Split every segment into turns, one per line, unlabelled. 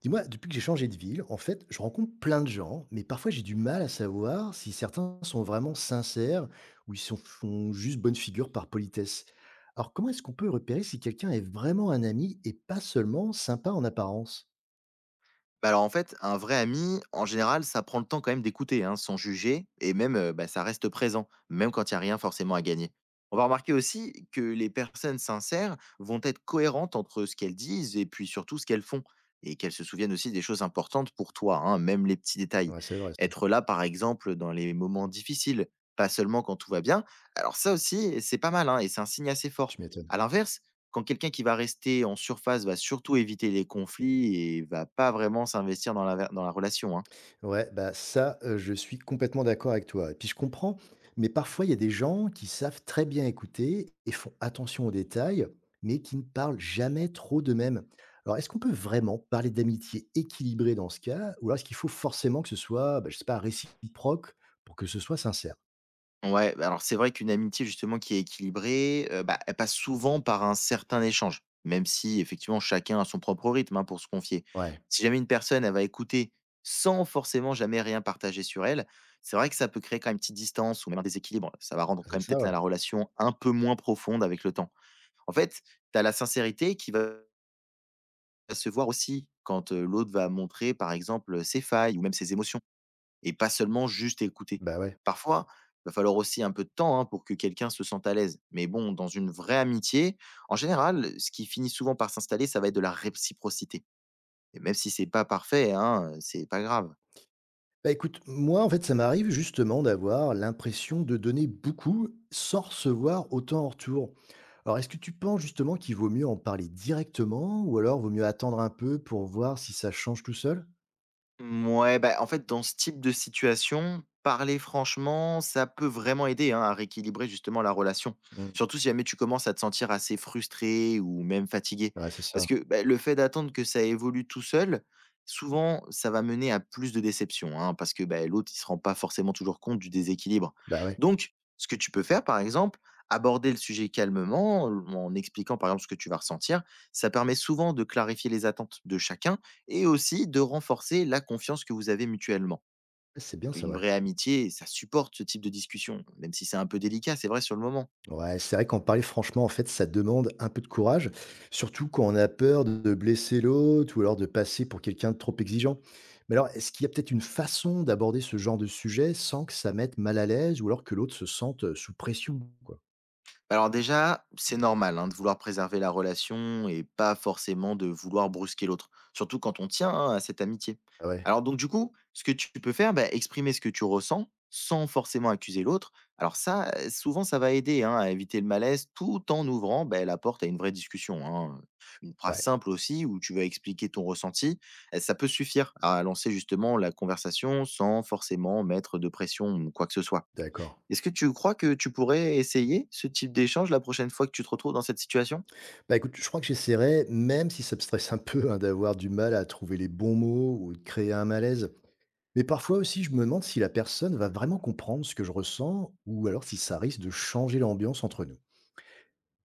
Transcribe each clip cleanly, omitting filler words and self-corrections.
Dis-moi, depuis que j'ai changé de ville, en fait, je rencontre plein de gens, mais parfois j'ai du mal à savoir si certains sont vraiment sincères ou font juste bonne figure par politesse. Alors, comment est-ce qu'on peut repérer si quelqu'un est vraiment un ami et pas seulement sympa en apparence?
Bah, alors en fait, un vrai ami, en général, ça prend le temps quand même d'écouter, hein, sans juger, et même bah, ça reste présent, même quand il n'y a rien forcément à gagner. On va remarquer aussi que les personnes sincères vont être cohérentes entre ce qu'elles disent et puis surtout ce qu'elles font, et qu'elles se souviennent aussi des choses importantes pour toi, hein, même les petits détails.
Ouais, c'est vrai ça.
Être là, par exemple, dans les moments difficiles, pas seulement quand tout va bien, alors ça aussi, c'est pas mal, hein, et c'est un signe assez fort.
Tu m'étonnes.
À l'inverse, quand quelqu'un qui va rester en surface va surtout éviter les conflits et va pas vraiment s'investir dans la relation, hein.
Ouais, bah ça, je suis complètement d'accord avec toi et puis je comprends, mais parfois il y a des gens qui savent très bien écouter et font attention aux détails, mais qui ne parlent jamais trop d'eux-mêmes. Alors est-ce qu'on peut vraiment parler d'amitié équilibrée dans ce cas? Ou alors est-ce qu'il faut forcément que ce soit, bah, je sais pas, réciproque pour que ce soit sincère?
Ouais, bah, alors c'est vrai qu'une amitié justement qui est équilibrée, bah, elle passe souvent par un certain échange, même si effectivement chacun a son propre rythme, hein, pour se confier.
Ouais,
Si jamais une personne, elle va écouter sans forcément jamais rien partager sur elle, c'est vrai que ça peut créer quand même une petite distance ou même un déséquilibre. Ça va rendre quand
c'est
même
ça,
peut-être
ouais.
la relation un peu moins profonde avec le temps. En fait, tu as la sincérité qui va se voir aussi quand, l'autre va montrer, par exemple, ses failles ou même ses émotions et pas seulement juste écouter.
Bah, ouais.
Parfois, il va falloir aussi un peu de temps, hein, pour que quelqu'un se sente à l'aise. Mais bon, dans une vraie amitié, en général, ce qui finit souvent par s'installer, ça va être de la réciprocité et même si c'est pas parfait, hein, c'est pas grave.
Bah écoute, moi en fait ça m'arrive justement d'avoir l'impression de donner beaucoup sans recevoir autant en retour. Alors est-ce que tu penses justement qu'il vaut mieux en parler directement ou alors vaut mieux attendre un peu pour voir si ça change tout seul?
Mouais, bah, en fait, dans ce type de situation, parler franchement, ça peut vraiment aider, hein, à rééquilibrer justement la relation.
Mmh.
Surtout si jamais tu commences à te sentir assez frustré ou même fatigué.
Ouais, c'est ça.
Parce que, bah, le fait d'attendre que ça évolue tout seul, souvent, ça va mener à plus de déception, hein, parce que, bah, l'autre, il se rend pas forcément toujours compte du déséquilibre.
Bah ouais,
Donc, ce que tu peux faire, par exemple, aborder le sujet calmement, en expliquant, par exemple, ce que tu vas ressentir, ça permet souvent de clarifier les attentes de chacun et aussi de renforcer la confiance que vous avez mutuellement.
c'est bien ça,
Une
ouais.
vraie amitié, ça supporte ce type de discussion, même si c'est un peu délicat, c'est vrai sur le moment.
Ouais, c'est vrai qu'en parler franchement, en fait, ça demande un peu de courage, surtout quand on a peur de blesser l'autre ou alors de passer pour quelqu'un de trop exigeant. Mais alors, est-ce qu'il y a peut-être une façon d'aborder ce genre de sujet sans que ça mette mal à l'aise ou alors que l'autre se sente sous pression, quoi?
Bah, alors déjà, c'est normal, hein, de vouloir préserver la relation et pas forcément de vouloir brusquer l'autre, surtout quand on tient, hein, à cette amitié.
Ah ouais,
Alors donc du coup, ce que tu peux faire, bah, exprimer ce que tu ressens sans forcément accuser l'autre. Alors ça, souvent, ça va aider, hein, à éviter le malaise tout en ouvrant, bah, la porte à une vraie discussion, hein. Une phrase
ouais,
simple aussi où tu vas expliquer ton ressenti, ça peut suffire à lancer justement la conversation sans forcément mettre de pression ou quoi que ce soit.
d'accord.
Est-ce que tu crois que tu pourrais essayer ce type d'échange la prochaine fois que tu te retrouves dans cette situation?
Bah écoute, je crois que j'essaierai, même si ça me stresse un peu hein, d'avoir du mal à trouver les bons mots ou de créer un malaise. Mais parfois aussi, je me demande si la personne va vraiment comprendre ce que je ressens ou alors si ça risque de changer l'ambiance entre nous.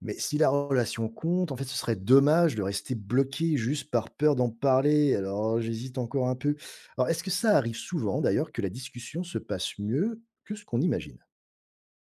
Mais si la relation compte, en fait, ce serait dommage de rester bloqué juste par peur d'en parler. Alors, j'hésite encore un peu. Alors, est-ce que ça arrive souvent, d'ailleurs, que la discussion se passe mieux que ce qu'on imagine?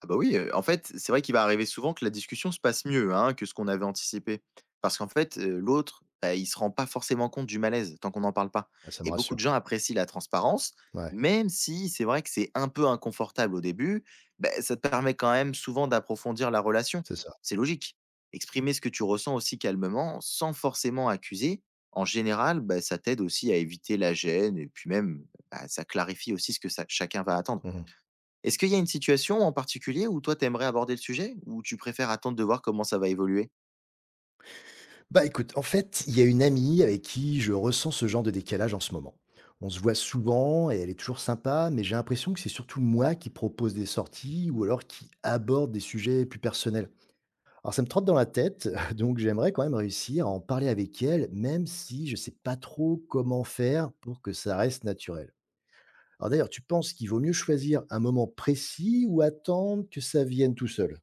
Ah bah oui, en fait, c'est vrai qu'il va arriver souvent que la discussion se passe mieux, hein, que ce qu'on avait anticipé. Parce qu'en fait, l'autre, bah, il se rend pas forcément compte du malaise tant qu'on n'en parle pas.
Ah, ça me
Et beaucoup
rassure.
de gens apprécient la transparence,
Ouais,
même si c'est vrai que c'est un peu inconfortable au début, bah, ça te permet quand même souvent d'approfondir la relation.
c'est ça.
C'est logique. Exprimer ce que tu ressens aussi calmement, sans forcément accuser, en général, bah, ça t'aide aussi à éviter la gêne et puis même, bah, ça clarifie aussi ce que ça chacun va attendre.
Mmh.
Est-ce qu'il y a une situation en particulier où toi tu aimerais aborder le sujet? Ou tu préfères attendre de voir comment ça va évoluer?
Bah, écoute, en fait, il y a une amie avec qui je ressens ce genre de décalage en ce moment. On se voit souvent et elle est toujours sympa, mais j'ai l'impression que c'est surtout moi qui propose des sorties ou alors qui aborde des sujets plus personnels. Alors ça me trotte dans la tête, donc j'aimerais quand même réussir à en parler avec elle, même si je ne sais pas trop comment faire pour que ça reste naturel. Alors d'ailleurs, tu penses qu'il vaut mieux choisir un moment précis ou attendre que ça vienne tout seul?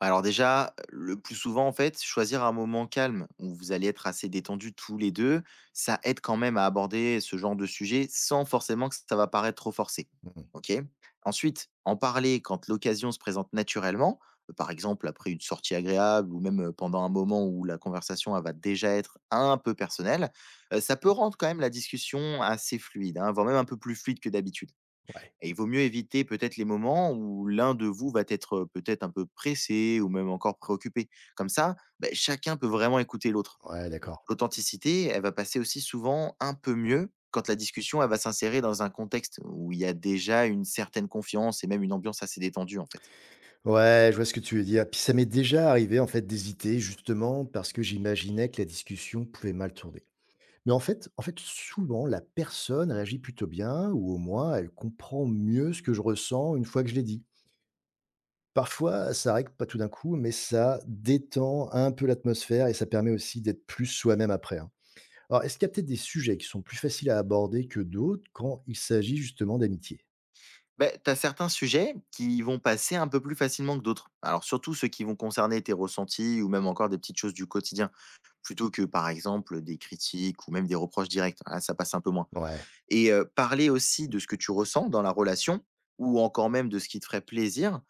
Bah, alors déjà, le plus souvent, en fait, choisir un moment calme où vous allez être assez détendus tous les deux, ça aide quand même à aborder ce genre de sujet sans forcément que ça va paraître trop forcé.
Mmh mmh.
OK. Ensuite, en parler quand l'occasion se présente naturellement, par exemple après une sortie agréable ou même pendant un moment où la conversation elle va déjà être un peu personnelle, ça peut rendre quand même la discussion assez fluide, hein, voire même un peu plus fluide que d'habitude.
Ouais,
Et il vaut mieux éviter peut-être les moments où l'un de vous va être, peut-être un peu pressé ou même encore préoccupé. Comme ça, beh, chacun peut vraiment écouter l'autre.
ouais, d'accord.
L'authenticité, elle va passer aussi souvent un peu mieux quand la discussion, elle va s'insérer dans un contexte où il y a déjà une certaine confiance et même une ambiance assez détendue, en fait.
Ouais, je vois ce que tu veux dire. Puis ça m'est déjà arrivé en fait d'hésiter justement parce que j'imaginais que la discussion pouvait mal tourner. Mais en fait souvent la personne réagit plutôt bien ou au moins elle comprend mieux ce que je ressens une fois que je l'ai dit. Parfois, ça règle pas tout d'un coup, mais ça détend un peu l'atmosphère et ça permet aussi d'être plus soi-même après, hein. Alors, est-ce qu'il y a peut-être des sujets qui sont plus faciles à aborder que d'autres quand il s'agit justement d'amitié?
Beh, tu as certains sujets qui vont passer un peu plus facilement que d'autres. Alors surtout ceux qui vont concerner tes ressentis ou même encore des petites choses du quotidien, plutôt que, par exemple, des critiques ou même des reproches directs. Là, ça passe un peu moins.
Ouais,
Et parler aussi de ce que tu ressens dans la relation ou encore même de ce qui te ferait plaisir,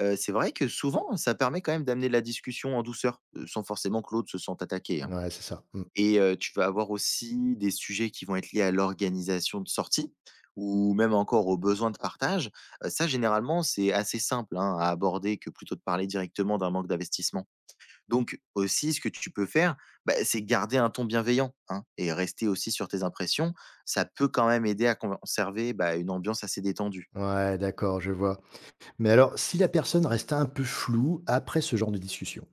c'est vrai que souvent, ça permet quand même d'amener de la discussion en douceur, sans forcément que l'autre se sente attaqué, hein.
ouais, c'est ça. Mmh.
Et tu vas avoir aussi des sujets qui vont être liés à l'organisation de sortie, ou même encore aux besoins de partage. Ça généralement, c'est assez simple, hein, à aborder que plutôt de parler directement d'un manque d'investissement. Donc aussi, ce que tu peux faire, bah, c'est garder un ton bienveillant, hein, et rester aussi sur tes impressions. Ça peut quand même aider à conserver, bah, une ambiance assez détendue.
Ouais, d'accord, je vois. Mais alors, si la personne reste un peu floue après ce genre de discussion,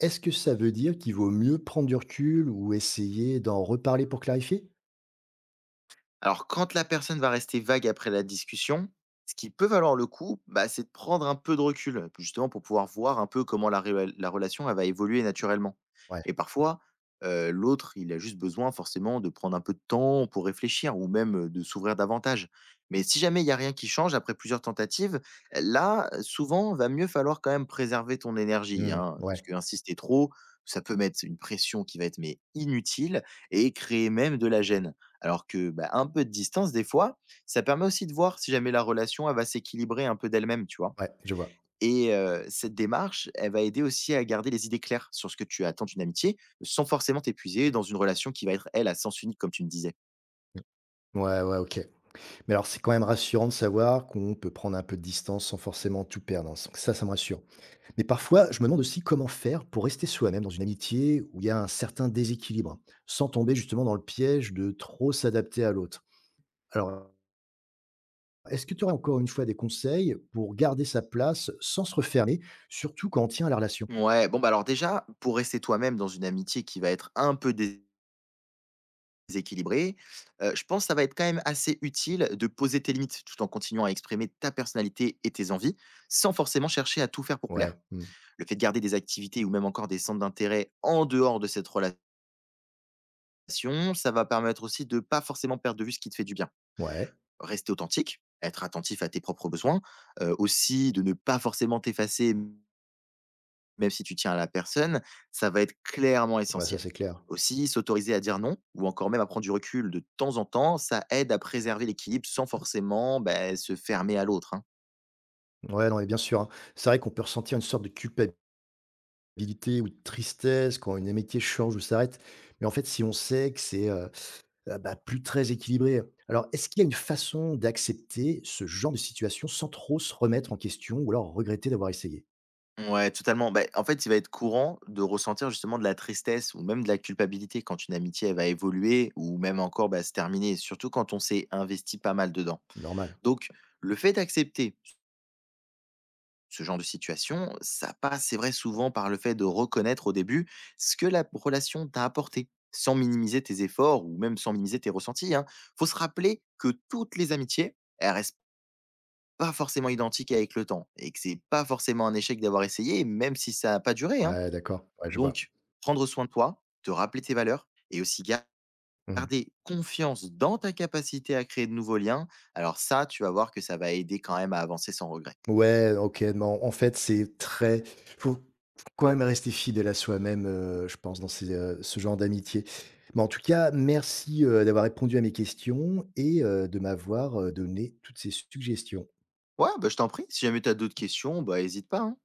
est-ce que ça veut dire qu'il vaut mieux prendre du recul ou essayer d'en reparler pour clarifier?
Alors, quand la personne va rester vague après la discussion, ce qui peut valoir le coup, bah, c'est de prendre un peu de recul, justement pour pouvoir voir un peu comment la relation elle va évoluer naturellement.
Ouais,
Et parfois, l'autre, il a juste besoin forcément de prendre un peu de temps pour réfléchir ou même de s'ouvrir davantage. Mais si jamais il n'y a rien qui change après plusieurs tentatives, là, souvent, va mieux falloir quand même préserver ton énergie,
mmh,
hein, parce
ouais,
que insister trop, ça peut mettre une pression qui va être mais inutile et créer même de la gêne. Alors que, bah, un peu de distance, des fois, ça permet aussi de voir si jamais la relation, elle va s'équilibrer un peu d'elle-même, tu vois?
ouais, je vois.
Et cette démarche, elle va aider aussi à garder les idées claires sur ce que tu attends d'une amitié, sans forcément t'épuiser dans une relation qui va être, elle, à sens unique, comme tu me disais.
Ouais, ouais, OK. Mais alors, c'est quand même rassurant de savoir qu'on peut prendre un peu de distance sans forcément tout perdre, hein. Ça me rassure. Mais parfois, je me demande aussi comment faire pour rester soi-même dans une amitié où il y a un certain déséquilibre, hein, sans tomber justement dans le piège de trop s'adapter à l'autre. Alors, est-ce que tu aurais encore une fois des conseils pour garder sa place sans se refermer, surtout quand on tient à la relation?
Ouais, bon, bah, alors déjà, pour rester toi-même dans une amitié qui va être un peu déséquilibrée, je pense que ça va être quand même assez utile de poser tes limites, tout en continuant à exprimer ta personnalité et tes envies, sans forcément chercher à tout faire pour plaire.
Ouais, hmm,
Le fait de garder des activités ou même encore des centres d'intérêt en dehors de cette relation, ça va permettre aussi de pas forcément perdre de vue ce qui te fait du bien.
ouais.
Rester authentique, être attentif à tes propres besoins, aussi de ne pas forcément t'effacer même si tu tiens à la personne, ça va être clairement
Ah bah ça
essentiel.
c'est clair.
Aussi, s'autoriser à dire non ou encore même à prendre du recul de temps en temps, ça aide à préserver l'équilibre sans forcément, beh, se fermer à l'autre, hein.
Ouais, non, mais bien sûr, hein. C'est vrai qu'on peut ressentir une sorte de culpabilité ou de tristesse quand une amitié change ou s'arrête. Mais en fait, si on sait que c'est bah, plus très équilibré. Alors, est-ce qu'il y a une façon d'accepter ce genre de situation sans trop se remettre en question ou alors regretter d'avoir essayé?
Ouais, totalement. Bah, en fait, il va être courant de ressentir justement de la tristesse ou même de la culpabilité quand une amitié elle va évoluer ou même encore, bah, se terminer, surtout quand on s'est investi pas mal dedans.
Normal.
Donc, le fait d'accepter ce genre de situation, ça passe, c'est vrai, souvent par le fait de reconnaître au début ce que la relation t'a apporté, sans minimiser tes efforts ou même sans minimiser tes ressentis, hein. Faut se rappeler que toutes les amitiés, elles restent pas forcément identiques avec le temps et que c'est pas forcément un échec d'avoir essayé, même si ça n'a pas duré, hein.
Ouais, d'accord. Ouais, je vois.
Donc, prendre soin de toi, te rappeler tes valeurs et aussi
Mmh.
garder confiance dans ta capacité à créer de nouveaux liens. Alors ça, tu vas voir que ça va aider quand même à avancer sans regret.
Ouais, OK, non, en fait, c'est très faut faut quand même rester fidèle à soi-même, je pense dans ce genre d'amitié. Mais en tout cas, merci, d'avoir répondu à mes questions et de m'avoir donné toutes ces suggestions.
Ouais, bah, je t'en prie. Si jamais tu as d'autres questions, bah, hésite pas, hein.